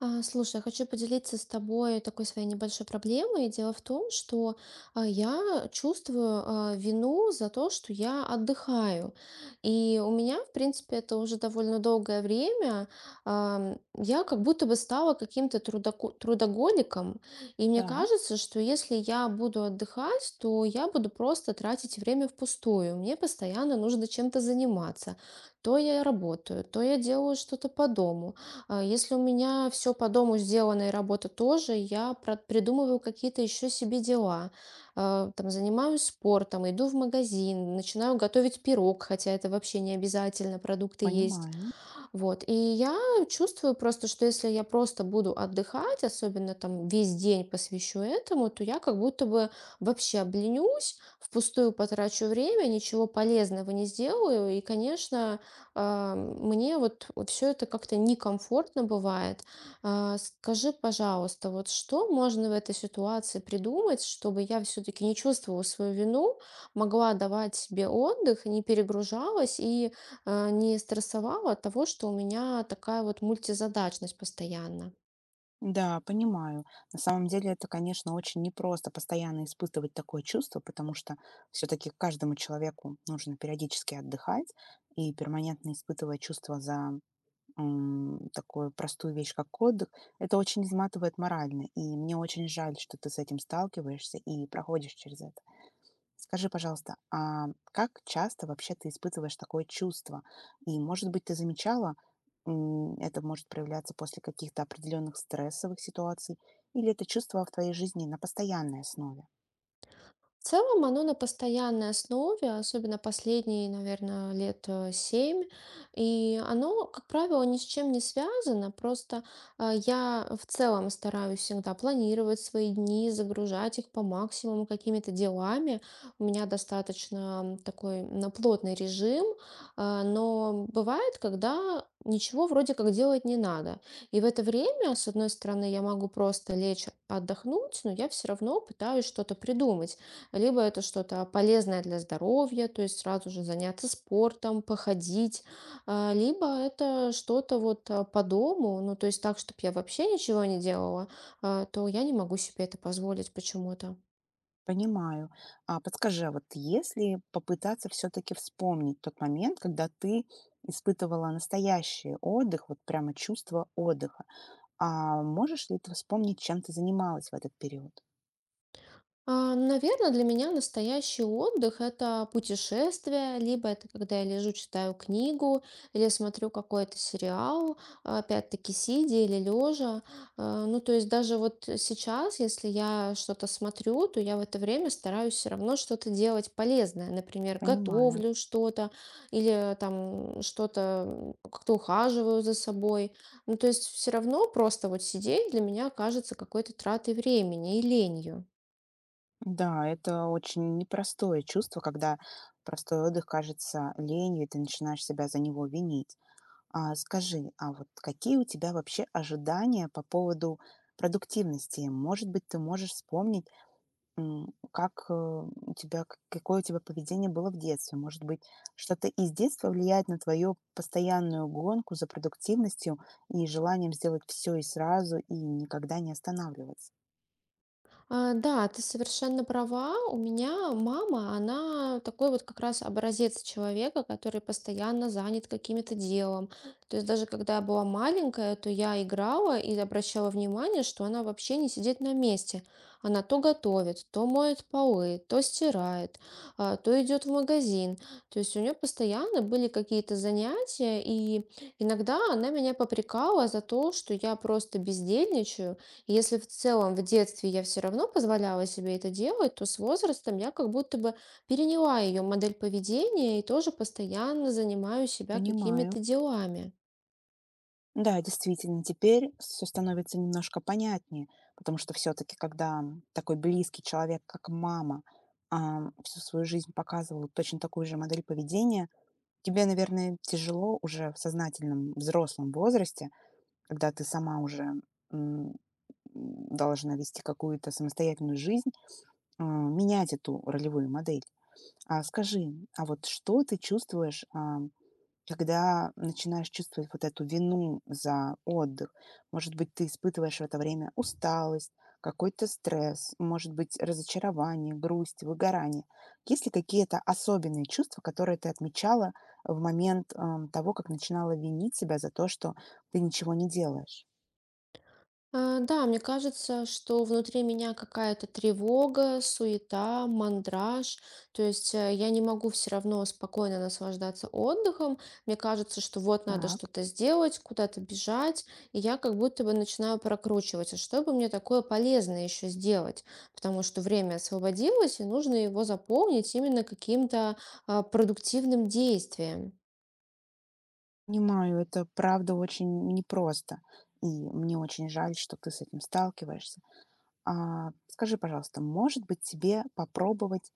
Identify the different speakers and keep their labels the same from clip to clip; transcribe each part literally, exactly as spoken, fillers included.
Speaker 1: А, Слушай, я хочу поделиться с тобой такой своей небольшой проблемой. Дело в том, что а, я чувствую а, вину за то, что я отдыхаю. И у меня, в принципе, это уже довольно долгое время. ам, Я как будто бы стала каким-то трудоко- трудоголиком. И мне
Speaker 2: Да,
Speaker 1: кажется, что если я буду отдыхать, то я буду просто тратить время впустую. Мне постоянно нужно чем-то заниматься. То я работаю, то я делаю что-то по дому. А, Если у меня все по дому сделано и работа тоже, я про- придумываю какие-то еще себе дела. А, Там занимаюсь спортом, иду в магазин, начинаю готовить пирог, хотя это вообще не обязательно, продукты есть.
Speaker 2: понимаю.
Speaker 1: Вот, и я чувствую просто, что если я просто буду отдыхать, особенно там весь день посвящу этому, то я как будто бы вообще обленюсь, впустую потрачу время, ничего полезного не сделаю. И, конечно, а, мне вот все это как-то некомфортно бывает. А, Скажи, пожалуйста, вот что можно в этой ситуации придумать, чтобы я все-таки не чувствовала свою вину, могла давать себе отдых, не перегружалась и э, не стрессовала от того, что у меня такая вот мультизадачность постоянно.
Speaker 2: Да, понимаю. На самом деле это, конечно, очень непросто постоянно испытывать такое чувство, потому что все-таки каждому человеку нужно периодически отдыхать и перманентно испытывая чувство за м, такую простую вещь, как отдых, это очень изматывает морально. И мне очень жаль, что ты с этим сталкиваешься и проходишь через это. Скажи, пожалуйста, а как часто вообще ты испытываешь такое чувство? И, может быть, ты замечала, м, это может проявляться после каких-то определенных стрессовых ситуаций, или это чувство в твоей жизни на постоянной основе?
Speaker 1: В целом оно на постоянной основе, особенно последние, наверное, лет э, семь. И оно, как правило, ни с чем не связано. Просто а, я в целом стараюсь всегда планировать свои дни, загружать их по максимуму какими-то делами. У меня достаточно м, такой на плотный режим, а, но бывает, когда ничего вроде как делать не надо. И в это время, с одной стороны, я могу просто лечь отдохнуть, но я все равно пытаюсь что-то придумать, либо это что-то полезное для здоровья, то есть сразу же заняться спортом, походить, а, либо это что-то вот а, по дому, ну, то есть так, чтобы я вообще ничего не делала, а, то я не могу себе это позволить почему-то.
Speaker 2: Понимаю. А подскажи, а вот если попытаться все-таки вспомнить тот момент, когда ты испытывала настоящий отдых, вот прямо чувство отдыха, а можешь ли ты вспомнить, чем ты занималась в этот период?
Speaker 1: Наверное, для меня настоящий отдых – это путешествие, либо это когда я лежу, читаю книгу, или смотрю какой-то сериал, а, опять-таки сидя или лежа. А, Ну, то есть даже вот сейчас, если я что-то смотрю, то я в это время стараюсь все равно что-то делать полезное. Например,
Speaker 2: Понимаю.
Speaker 1: готовлю что-то или там что-то м, как-то ухаживаю за собой. Ну, то есть все равно просто вот сидеть для меня кажется какой-то тратой времени и ленью.
Speaker 2: Да, это очень непростое чувство, когда простой отдых кажется ленью, и ты начинаешь себя за него винить. А скажи, а вот какие у тебя вообще ожидания по поводу продуктивности? Может быть, ты можешь вспомнить, м, как э, у тебя, к- какое у тебя поведение было в детстве? Может быть, что-то из детства влияет на твою постоянную гонку за продуктивностью и желанием сделать все и сразу, и никогда не останавливаться?
Speaker 1: А, Да, ты совершенно права. У меня мама, она такой вот как раз образец человека, который постоянно занят каким-то делом. То есть даже когда я была маленькая, то я играла и обращала внимание, что она вообще не сидит на месте. Она то готовит, то моет полы, то стирает, а, то идет в магазин. То есть у нее постоянно были какие-то занятия, и иногда она меня попрекала за то, что я просто бездельничаю, если в целом в детстве я все равно позволяла себе это делать, то с возрастом я как будто бы переняла ее модель поведения и тоже постоянно занимаю себя
Speaker 2: Понимаю.
Speaker 1: какими-то делами.
Speaker 2: Да, действительно, теперь все становится немножко понятнее, потому что все таки когда м, такой близкий человек, как мама, а, всю свою жизнь показывала точно такую же модель поведения, тебе, наверное, тяжело уже в сознательном взрослом возрасте, когда ты сама уже, м, должна вести какую-то самостоятельную жизнь, а, менять эту ролевую модель. А скажи, а вот что ты чувствуешь, а, когда начинаешь чувствовать вот эту вину за отдых, может быть, ты испытываешь в это время усталость, какой-то стресс, может быть, разочарование, грусть, выгорание. Есть ли какие-то особенные чувства, которые ты отмечала в момент ам, того, как начинала винить себя за то, что ты ничего не делаешь?
Speaker 1: А, Да, мне кажется, что внутри меня какая-то тревога, суета, мандраж. То есть э, я не могу все равно спокойно наслаждаться отдыхом. Мне кажется, что вот надо
Speaker 2: Так,
Speaker 1: что-то сделать, куда-то бежать. И я как будто бы начинаю прокручивать, а что бы мне такое полезное еще сделать? Потому что время освободилось, и нужно его заполнить именно каким-то а, продуктивным действием.
Speaker 2: понимаю, это правда очень непросто. И мне очень жаль, что ты с этим сталкиваешься. А скажи, пожалуйста, может быть, тебе попробовать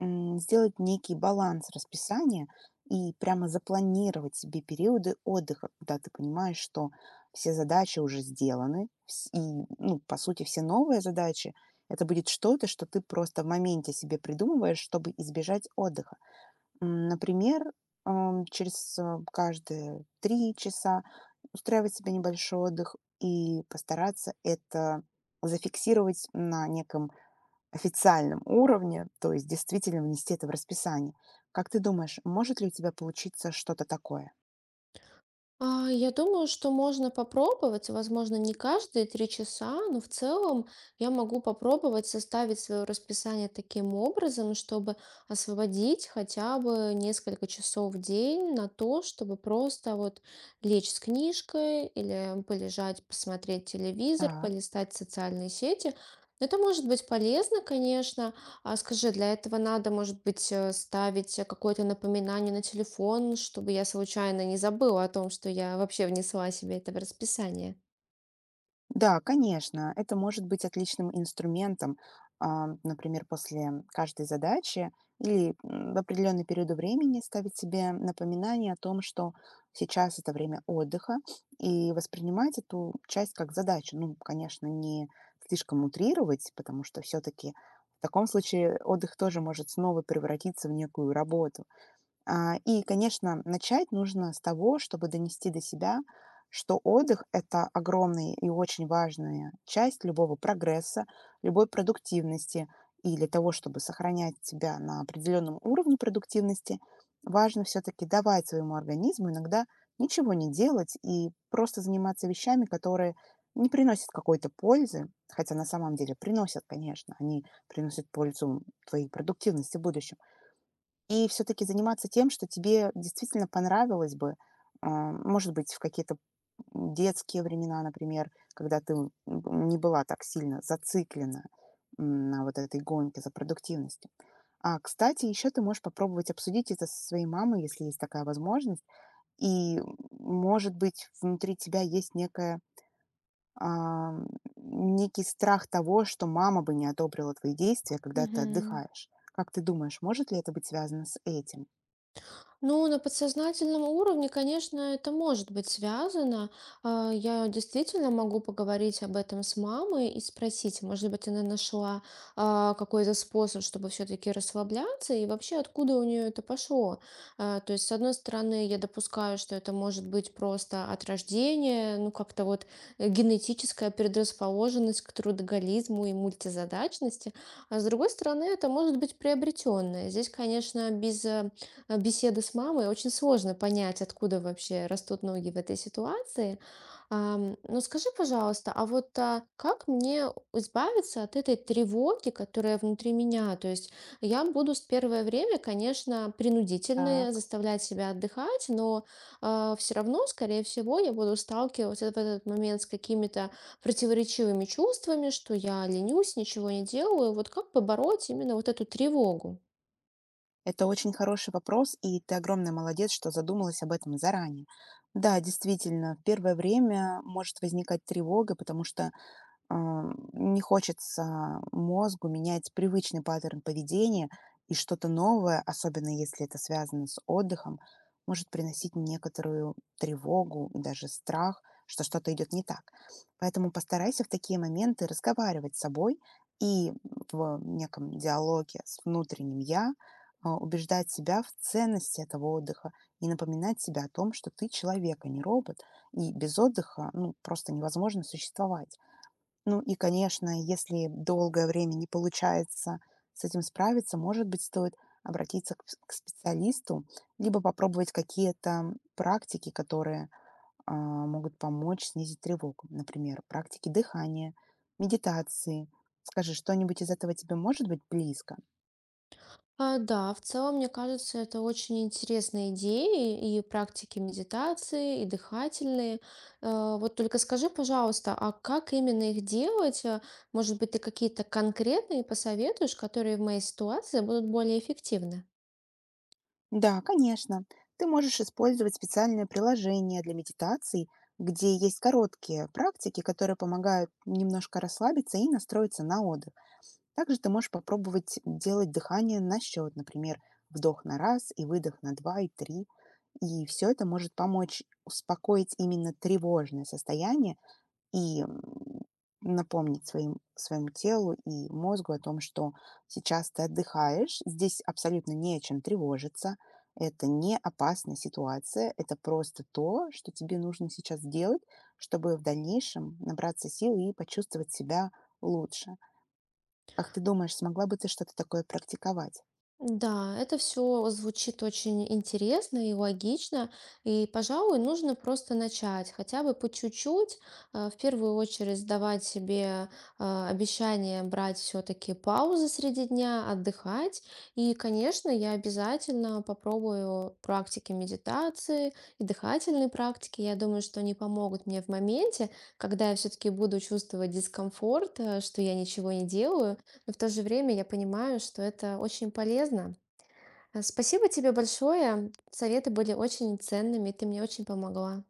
Speaker 2: м, сделать некий баланс расписания и прямо запланировать себе периоды отдыха, когда ты понимаешь, что все задачи уже сделаны, вс- и, ну, по сути, все новые задачи, это будет что-то, что ты просто в моменте себе придумываешь, чтобы избежать отдыха. М, Например, ам, через а, каждые три часа устраивать себе небольшой отдых и постараться это зафиксировать на неком официальном уровне, то есть действительно внести это в расписание. Как ты думаешь, может ли у тебя получиться что-то такое?
Speaker 1: А, Я думаю, что можно попробовать, возможно, не каждые три часа, но в целом я могу попробовать составить свое расписание таким образом, чтобы освободить хотя бы несколько часов в день на то, чтобы просто вот лечь с книжкой или полежать, посмотреть телевизор, полистать социальные сети. Это может быть полезно, конечно. А скажи, для этого надо, может быть, э, ставить э, какое-то напоминание на телефон, чтобы я случайно не забыла о том, что я вообще внесла себе это в расписание?
Speaker 2: Да, конечно, это может быть отличным инструментом, а, например, после каждой задачи или м, в определенный период времени ставить себе напоминание о том, что сейчас это время отдыха, и воспринимать эту часть как задачу. Ну, конечно, не слишком утрировать, потому что все-таки в таком случае отдых тоже может снова превратиться в некую работу. А, И, конечно, начать нужно с того, чтобы донести до себя, что отдых– это огромная и очень важная часть любого прогресса, любой продуктивности. И для того, чтобы сохранять себя на определенном уровне продуктивности, важно все-таки давать своему организму иногда ничего не делать и просто заниматься вещами, которые не приносят какой-то пользы, хотя на самом деле приносят, конечно, они приносят пользу твоей продуктивности в будущем. И все-таки заниматься тем, что тебе действительно понравилось бы. А, Может быть, в какие-то детские времена, например, когда ты м, не была так сильно зациклена м, на вот этой гонке за продуктивностью. А, кстати, еще ты можешь попробовать обсудить это со своей мамой, если есть такая возможность. И, может быть, внутри тебя есть некая а, некий страх того, что мама бы не одобрила твои действия, когда ты
Speaker 1: Мгм.
Speaker 2: отдыхаешь. Как ты думаешь, может ли это быть связано с этим?
Speaker 1: Ну, на подсознательном уровне, конечно, это может быть связано. А, Я действительно могу поговорить об этом с мамой и спросить, может быть, она нашла а, какой-то способ, чтобы все-таки расслабляться, и вообще откуда у нее это пошло. А, То есть, с одной стороны, я допускаю, что это может быть просто от рождения, ну, как-то вот э, генетическая предрасположенность к трудоголизму и мультизадачности, а с другой стороны, это может быть приобретенное. Здесь, конечно, без э, э, беседу с мамой, очень сложно понять, откуда вообще растут ноги в этой ситуации. Ам, Но скажи, пожалуйста, а вот а, как мне избавиться от этой тревоги, которая внутри меня? То есть я буду с первое время, конечно, принудительно
Speaker 2: Так,
Speaker 1: заставлять себя отдыхать, но все равно, скорее всего, я буду сталкиваться в этот момент с какими-то противоречивыми чувствами, что я ленюсь, ничего не делаю. Вот как побороть именно вот эту тревогу?
Speaker 2: это очень хороший вопрос, и ты огромный молодец, что задумалась об этом заранее. Да, действительно, в первое время может возникать тревога, потому что А, не хочется мозгу менять привычный паттерн поведения, и что-то новое, особенно если это связано с отдыхом, может приносить некоторую тревогу и даже страх, что что-то идет не так. Поэтому постарайся в такие моменты разговаривать с собой и в неком диалоге с внутренним «я» а, убеждать себя в ценности этого отдыха и напоминать себе о том, что ты человек, а не робот, и без отдыха ну, просто невозможно существовать. Ну и, конечно, если долгое время не получается с этим справиться, может быть, стоит обратиться к, пс- к специалисту, либо попробовать какие-то практики, которые а, могут помочь снизить тревогу. Например, практики дыхания, медитации. Скажи, что-нибудь из этого тебе может быть близко?
Speaker 1: А, Да, в целом, мне кажется, это очень интересные идеи и практики медитации, и дыхательные. Э, Вот только скажи, пожалуйста, а как именно их делать? Э, Может быть, ты какие-то конкретные посоветуешь, которые в моей ситуации будут более эффективны?
Speaker 2: Да, конечно. Ты можешь использовать специальное приложение для медитаций, где есть короткие практики, которые помогают немножко расслабиться и настроиться на отдых. Также ты можешь попробовать делать дыхание на счет, например, вдох на раз и выдох на два и три. И все это может помочь успокоить именно тревожное состояние и м, напомнить своим, своему телу и мозгу о том, что сейчас ты отдыхаешь, здесь абсолютно не о чем тревожиться, это не опасная ситуация, это просто то, что тебе нужно сейчас делать, чтобы в дальнейшем набраться сил и почувствовать себя лучше. Как ты думаешь, смогла бы ты что-то такое практиковать?
Speaker 1: Да, это все звучит очень интересно и логично, и, пожалуй, нужно просто начать, хотя бы по чуть-чуть, э, в первую очередь давать себе э, обещание брать все-таки паузы среди дня, отдыхать, и, конечно, я обязательно попробую практики медитации и дыхательные практики, я думаю, что они помогут мне в моменте, когда я все-таки буду чувствовать дискомфорт, э, что я ничего не делаю, но в то же время я понимаю, что это очень полезно. Э, Спасибо тебе большое. Советы были очень ценными, ты мне очень помогла.